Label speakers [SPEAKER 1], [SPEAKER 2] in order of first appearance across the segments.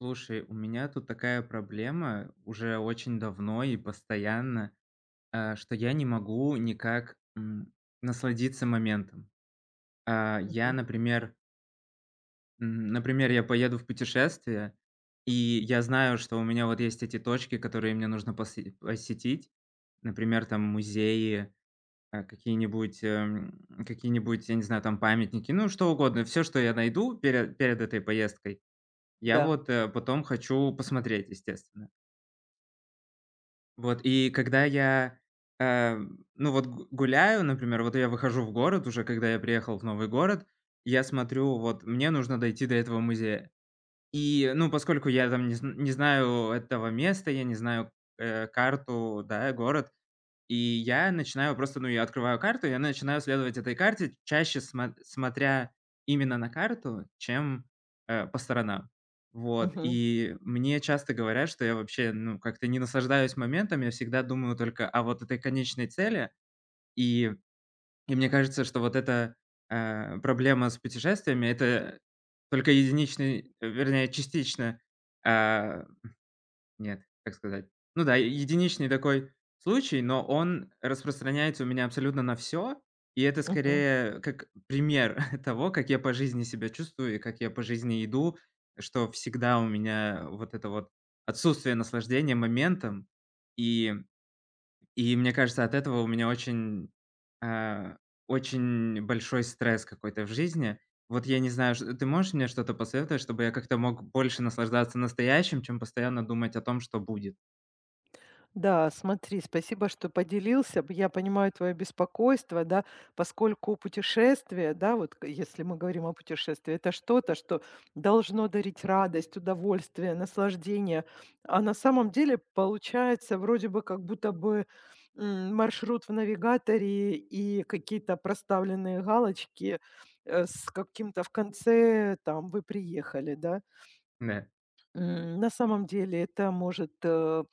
[SPEAKER 1] Слушай, у меня тут такая проблема уже очень давно и постоянно, что я не могу никак насладиться моментом. Я,
[SPEAKER 2] Мгм.
[SPEAKER 1] например, я поеду в путешествие, и я знаю, что у меня вот есть эти точки, которые мне нужно посетить, например, там музеи, какие-нибудь, я не знаю, там памятники, ну что угодно, все, что я найду перед этой поездкой, я
[SPEAKER 2] Да.
[SPEAKER 1] вот потом хочу посмотреть, естественно. Вот, и когда я, ну, вот гу гуляю, например, вот я выхожу в город уже, когда я приехал в новый город, я смотрю, вот мне нужно дойти до этого музея. И, ну, поскольку я там не знаю этого места, я не знаю, карту, да, город, и я начинаю просто, ну, я открываю карту, я начинаю следовать этой карте, чаще смотря именно на карту, чем, по сторонам. Вот,
[SPEAKER 2] Мгм.
[SPEAKER 1] и мне часто говорят, что я вообще, ну, как-то не наслаждаюсь моментом, я всегда думаю только о вот этой конечной цели. И и мне кажется, что вот эта, проблема с путешествиями — это только единичный, вернее, частично, а нет, как сказать. Ну да, единичный такой случай, но он распространяется у меня абсолютно на все. И это
[SPEAKER 2] Мгм.
[SPEAKER 1] скорее как пример того, как я по жизни себя чувствую и как я по жизни иду, что всегда у меня вот это вот отсутствие наслаждения моментом. И и мне кажется, от этого у меня а, очень большой стресс какой-то в жизни. Вот я не знаю, ш ты можешь мне что-то посоветовать, чтобы я как-то мог больше наслаждаться настоящим, чем постоянно думать о том, что будет?
[SPEAKER 2] Да, смотри, спасибо, что поделился. Я понимаю твое беспокойство, да, поскольку путешествие, да, вот если мы говорим о путешествии, это что-то, что должно дарить радость, удовольствие, наслаждение. А на самом деле получается вроде бы как будто бы маршрут в навигаторе и какие-то проставленные галочки с каким-то в конце там вы приехали, да.
[SPEAKER 1] Да.
[SPEAKER 2] На самом деле это может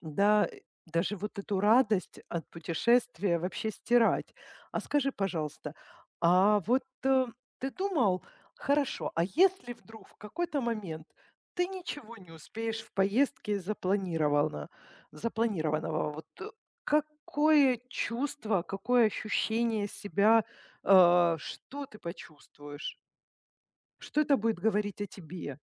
[SPEAKER 2] да, даже вот эту радость от путешествия вообще стирать. А скажи, пожалуйста, а вот, ты думал, хорошо, а если вдруг в какой-то момент ты ничего не успеешь в поездке из запланировано запланированного, вот, какое чувство, какое ощущение себя, что ты почувствуешь? Что это будет говорить о тебе?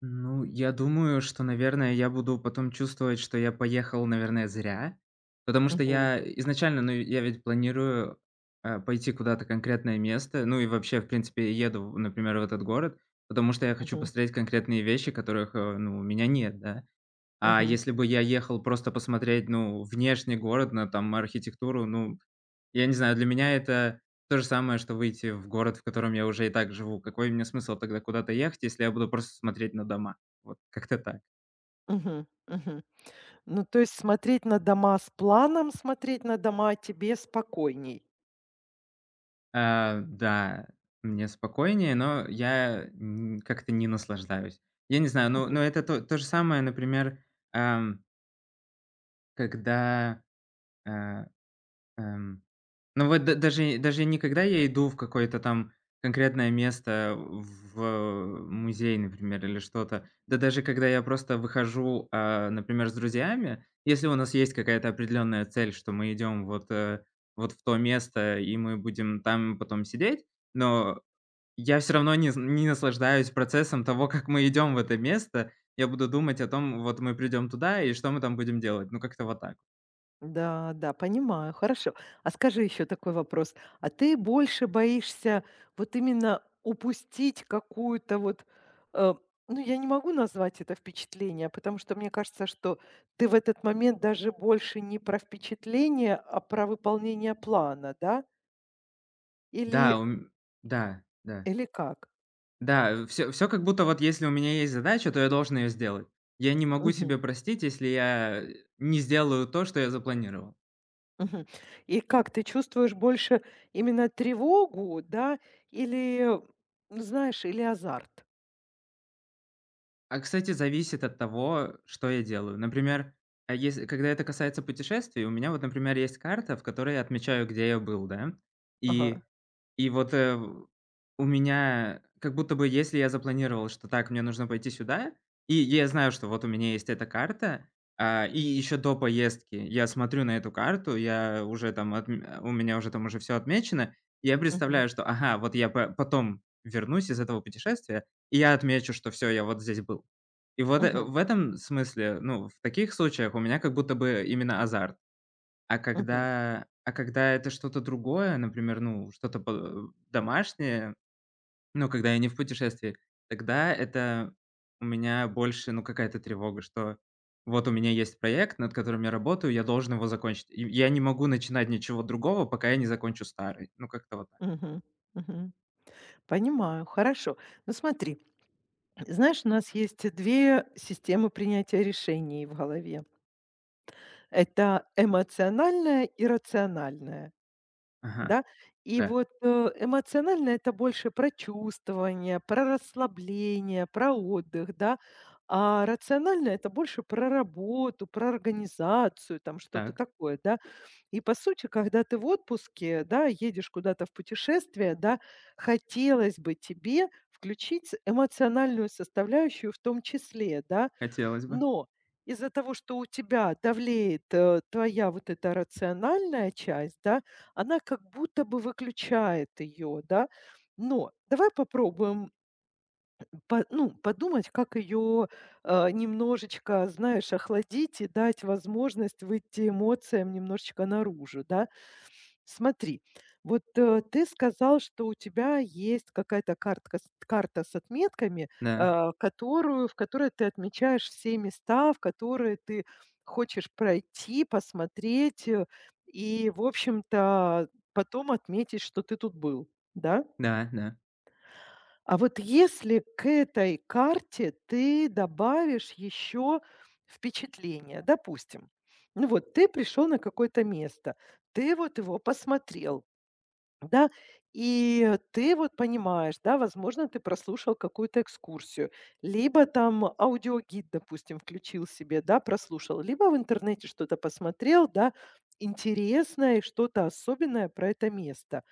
[SPEAKER 1] Ну, я думаю, что, наверное, я буду потом чувствовать, что я поехал, наверное, зря. Потому что
[SPEAKER 2] Мгм,
[SPEAKER 1] я изначально, ну, я ведь планирую, пойти куда-то конкретное место. Ну и вообще, в принципе, еду, например, в этот город, потому что я хочу
[SPEAKER 2] мгм,
[SPEAKER 1] посмотреть конкретные вещи, которых, ну, у меня нет, да. А
[SPEAKER 2] мгм,
[SPEAKER 1] если бы я ехал просто посмотреть, ну, внешний город, на там архитектуру, ну, я не знаю, для меня это то же самое, что выйти в город, в котором я уже и так живу. Какой мне смысл тогда куда-то ехать, если я буду просто смотреть на дома? Вот как-то так.
[SPEAKER 2] мгм, мгм. Ну, то есть смотреть на дома с планом, смотреть на дома а тебе спокойней.
[SPEAKER 1] А, да, мне спокойнее, но я как-то не наслаждаюсь. Я не знаю, ну,
[SPEAKER 2] Мгм.
[SPEAKER 1] но это то же самое, например, ам, когда э, эм, ну вот, да, даже не когда я иду в какое-то там конкретное место, в музей, например, или что-то. Да даже когда я просто выхожу, например, с друзьями, если у нас есть какая-то определенная цель, что мы идем вот в то место, и мы будем там потом сидеть, но я все равно не наслаждаюсь процессом того, как мы идем в это место. Я буду думать о том, вот мы придем туда и что мы там будем делать. Ну, как-то вот так.
[SPEAKER 2] Да, да, понимаю, хорошо. А скажи еще такой вопрос. А ты больше боишься вот именно упустить какую-то вот, э, ну, я не могу назвать это впечатление, потому что мне кажется, что ты в этот момент даже больше не про впечатление, а про выполнение плана, да?
[SPEAKER 1] Да,
[SPEAKER 2] Или,
[SPEAKER 1] у м да, да.
[SPEAKER 2] или как?
[SPEAKER 1] Да, все как будто вот если у меня есть задача, то я должен ее сделать. Я не могу себе простить, если я не сделаю то, что я запланировал.
[SPEAKER 2] Мгм. И как ты чувствуешь больше именно тревогу, да, или, ну, знаешь, или азарт?
[SPEAKER 1] А, кстати, зависит от того, что я делаю. Например, а если когда это касается путешествий, у меня вот, например, есть карта, в которой я отмечаю, где я был, да.
[SPEAKER 2] Ага.
[SPEAKER 1] И и вот, э, в у меня как будто бы, если я запланировал, что так, мне нужно пойти сюда, и я знаю, что вот у меня есть эта карта, и еще до поездки я смотрю на эту карту, я уже там отм а, у меня уже там уже все отмечено, и я
[SPEAKER 2] Мгм.
[SPEAKER 1] представляю, что, ага, вот я по потом вернусь из этого путешествия, и я отмечу, что все, я вот здесь был. И вот,
[SPEAKER 2] Мгм.
[SPEAKER 1] в этом смысле, ну, в таких случаях у меня как будто бы именно азарт. А
[SPEAKER 2] Мгм.
[SPEAKER 1] когда а когда это что-то другое, например, ну, что-то по домашнее, ну, когда я не в путешествии, тогда это у меня больше, ну, какая-то тревога, что вот у меня есть проект, над которым я работаю, я должен его закончить. И я не могу начинать ничего другого, пока я не закончу старый. Ну, как-то вот так.
[SPEAKER 2] Мгм. Мгм. Понимаю, хорошо. Ну, смотри, знаешь, у нас есть 2 системы принятия решений в голове. Это эмоциональная и рациональная.
[SPEAKER 1] Ага,
[SPEAKER 2] Да? И
[SPEAKER 1] да,
[SPEAKER 2] вот, эмоционально это больше про чувствование, про расслабление, про отдых, да. А рационально это больше про работу, про организацию, там что-то
[SPEAKER 1] так,
[SPEAKER 2] такое, да. И по сути, когда ты в отпуске, да, едешь куда-то в путешествие, да, хотелось бы тебе включить эмоциональную составляющую в том числе, да.
[SPEAKER 1] хотелось бы.
[SPEAKER 2] Но из-за того, что у тебя давлеет, твоя вот эта рациональная часть, да, она как будто бы выключает ее, да. Но давай попробуем по ну, подумать, как ее, немножечко, знаешь, охладить и дать возможность выйти эмоциям немножечко наружу, да. Смотри, вот, ты сказал, что у тебя есть какая-то картка с карта с отметками,
[SPEAKER 1] Да,
[SPEAKER 2] э, которую в которой ты отмечаешь все места, в которые ты хочешь пройти, посмотреть, и, в общем-то, потом отметить, что ты тут был, да?
[SPEAKER 1] да, да.
[SPEAKER 2] А вот если к этой карте ты добавишь еще впечатления, допустим, ну вот ты пришел на какое-то место, ты вот его посмотрел. Да, и ты вот понимаешь, да, возможно, ты прослушал какую-то экскурсию, либо там аудиогид, допустим, включил себе, да, прослушал, либо в интернете что-то посмотрел, да, интересное и что-то особенное про это место.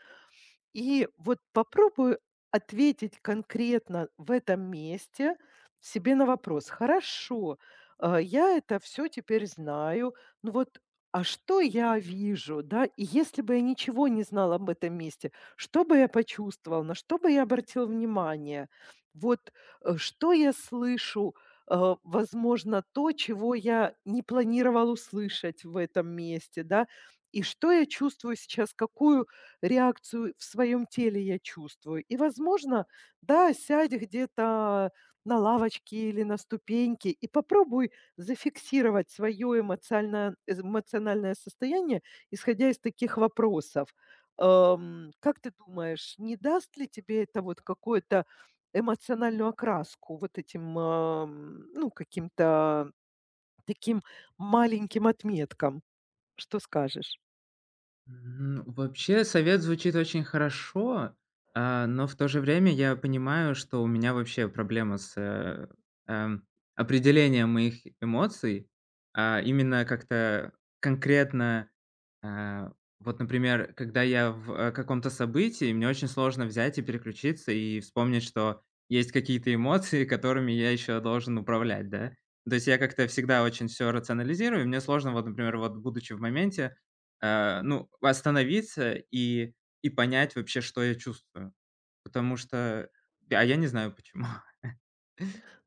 [SPEAKER 2] И вот попробую ответить конкретно в этом месте себе на вопрос: "Хорошо, я это все теперь знаю. Ну вот, а что я вижу, да? И если бы я ничего не знала об этом месте, что бы я почувствовал, на что бы я обратил внимание? Вот, что я слышу, возможно, то, чего я не планировал услышать в этом месте, да? И что я чувствую сейчас, какую реакцию в своем теле я чувствую. И, возможно, да, сядь где-то на лавочке или на ступеньке и попробуй зафиксировать свое эмоциональное, эмоциональное состояние, исходя из таких вопросов. Как ты думаешь, не даст ли тебе это вот какую-то эмоциональную окраску вот этим, ну, каким-то таким маленьким отметкам? Что скажешь?
[SPEAKER 1] Вообще совет звучит очень хорошо, но в то же время я понимаю, что у меня вообще проблема с, эм, определением моих эмоций. Именно как-то конкретно. Э, вот, например, когда я в, каком-то событии, мне очень сложно взять и переключиться и вспомнить, что есть какие-то эмоции, которыми я еще должен управлять, да. То есть я как-то всегда очень все рационализирую, и мне сложно, вот, например, вот, будучи в моменте, ну, остановиться и понять вообще, что я чувствую. Потому что, я не знаю почему.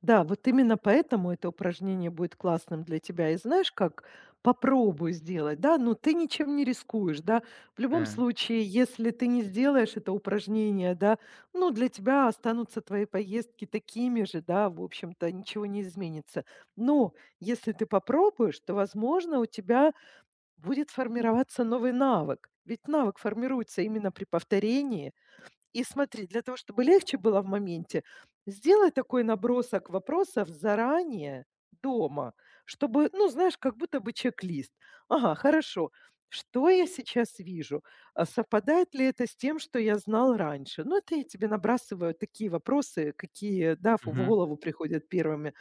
[SPEAKER 2] Да, вот именно поэтому это упражнение будет классным для тебя. И знаешь как? Попробуй сделать, да, но ты ничем не рискуешь, да. В любом
[SPEAKER 1] Да.
[SPEAKER 2] случае, если ты не сделаешь это упражнение, да, ну, для тебя останутся твои поездки такими же, да, в общем-то, ничего не изменится. Но если ты попробуешь, то, возможно, у тебя будет формироваться новый навык. Ведь навык формируется именно при повторении, и смотри, для того, чтобы легче было в моменте, сделай такой набросок вопросов заранее дома, чтобы, ну, знаешь, как будто бы чек-лист. Ага, хорошо. Что я сейчас вижу? А совпадает ли это с тем, что я знал раньше? Ну, это я тебе набрасываю такие вопросы, какие, да, в голову приходят первыми.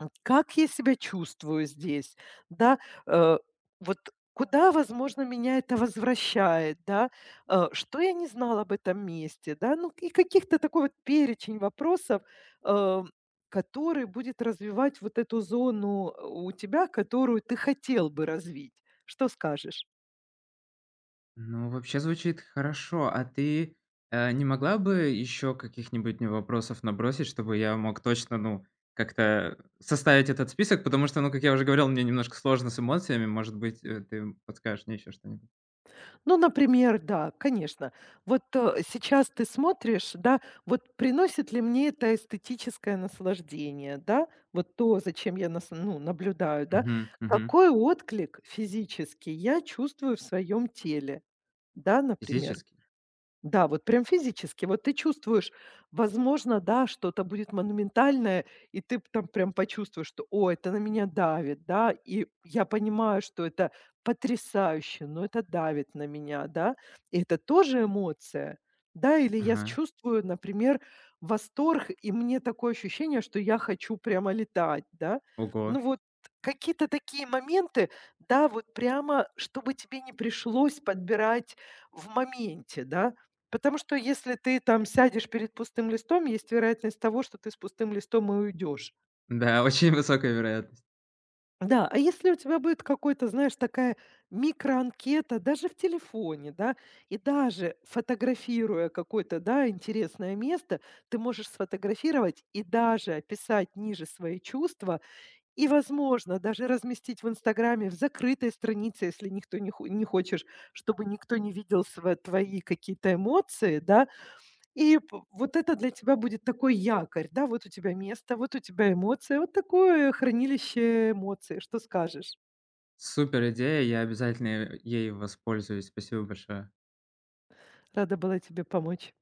[SPEAKER 2] Как я себя чувствую здесь, да, э, вот куда, возможно, меня это возвращает, да, что я не знала об этом месте, да, ну и каких-то такой вот перечень вопросов, э, который будет развивать вот эту зону у тебя, которую ты хотел бы развить. Что скажешь?
[SPEAKER 1] Ну, вообще звучит хорошо. А ты, не могла бы еще каких-нибудь мне вопросов набросить, чтобы я мог точно, ну, как-то составить этот список? Потому что, ну, как я уже говорил, мне немножко сложно с эмоциями. Может быть, ты подскажешь мне еще что-нибудь?
[SPEAKER 2] Ну, например, да, конечно. Вот, сейчас ты смотришь, да, вот приносит ли мне это эстетическое наслаждение, да, вот то, зачем я нас ну, наблюдаю, да.
[SPEAKER 1] Мгм, мгм.
[SPEAKER 2] Какой отклик физический я чувствую в своем теле, да, например.
[SPEAKER 1] Физический?
[SPEAKER 2] Да, вот прям физически. Вот ты чувствуешь, возможно, да, что-то будет монументальное, и ты там прям почувствуешь, что, о, это на меня давит, да, и я понимаю, что это потрясающе, но это давит на меня, да, и это тоже эмоция, да, или я
[SPEAKER 1] Ага.
[SPEAKER 2] чувствую, например, восторг, и мне такое ощущение, что я хочу прямо летать, да,
[SPEAKER 1] Ого.
[SPEAKER 2] ну вот какие-то такие моменты, да, вот прямо, чтобы тебе не пришлось подбирать в моменте, да, потому что если ты там сядешь перед пустым листом, есть вероятность того, что ты с пустым листом и уйдешь.
[SPEAKER 1] Да, очень высокая вероятность.
[SPEAKER 2] Да, а если у тебя будет какой-то, знаешь, такая микроанкета даже в телефоне, да, и даже фотографируя какое-то, да, интересное место, ты можешь сфотографировать и даже описать ниже свои чувства, и, возможно, даже разместить в Инстаграме в закрытой странице, если никто не, не хочешь, чтобы никто не видел твои какие-то эмоции, да, И п вот это для тебя будет такой якорь, да, вот у тебя место, вот у тебя эмоция, вот такое хранилище эмоций. Что скажешь?
[SPEAKER 1] Супер идея, я обязательно, ей воспользуюсь. Спасибо большое.
[SPEAKER 2] Рада была тебе помочь.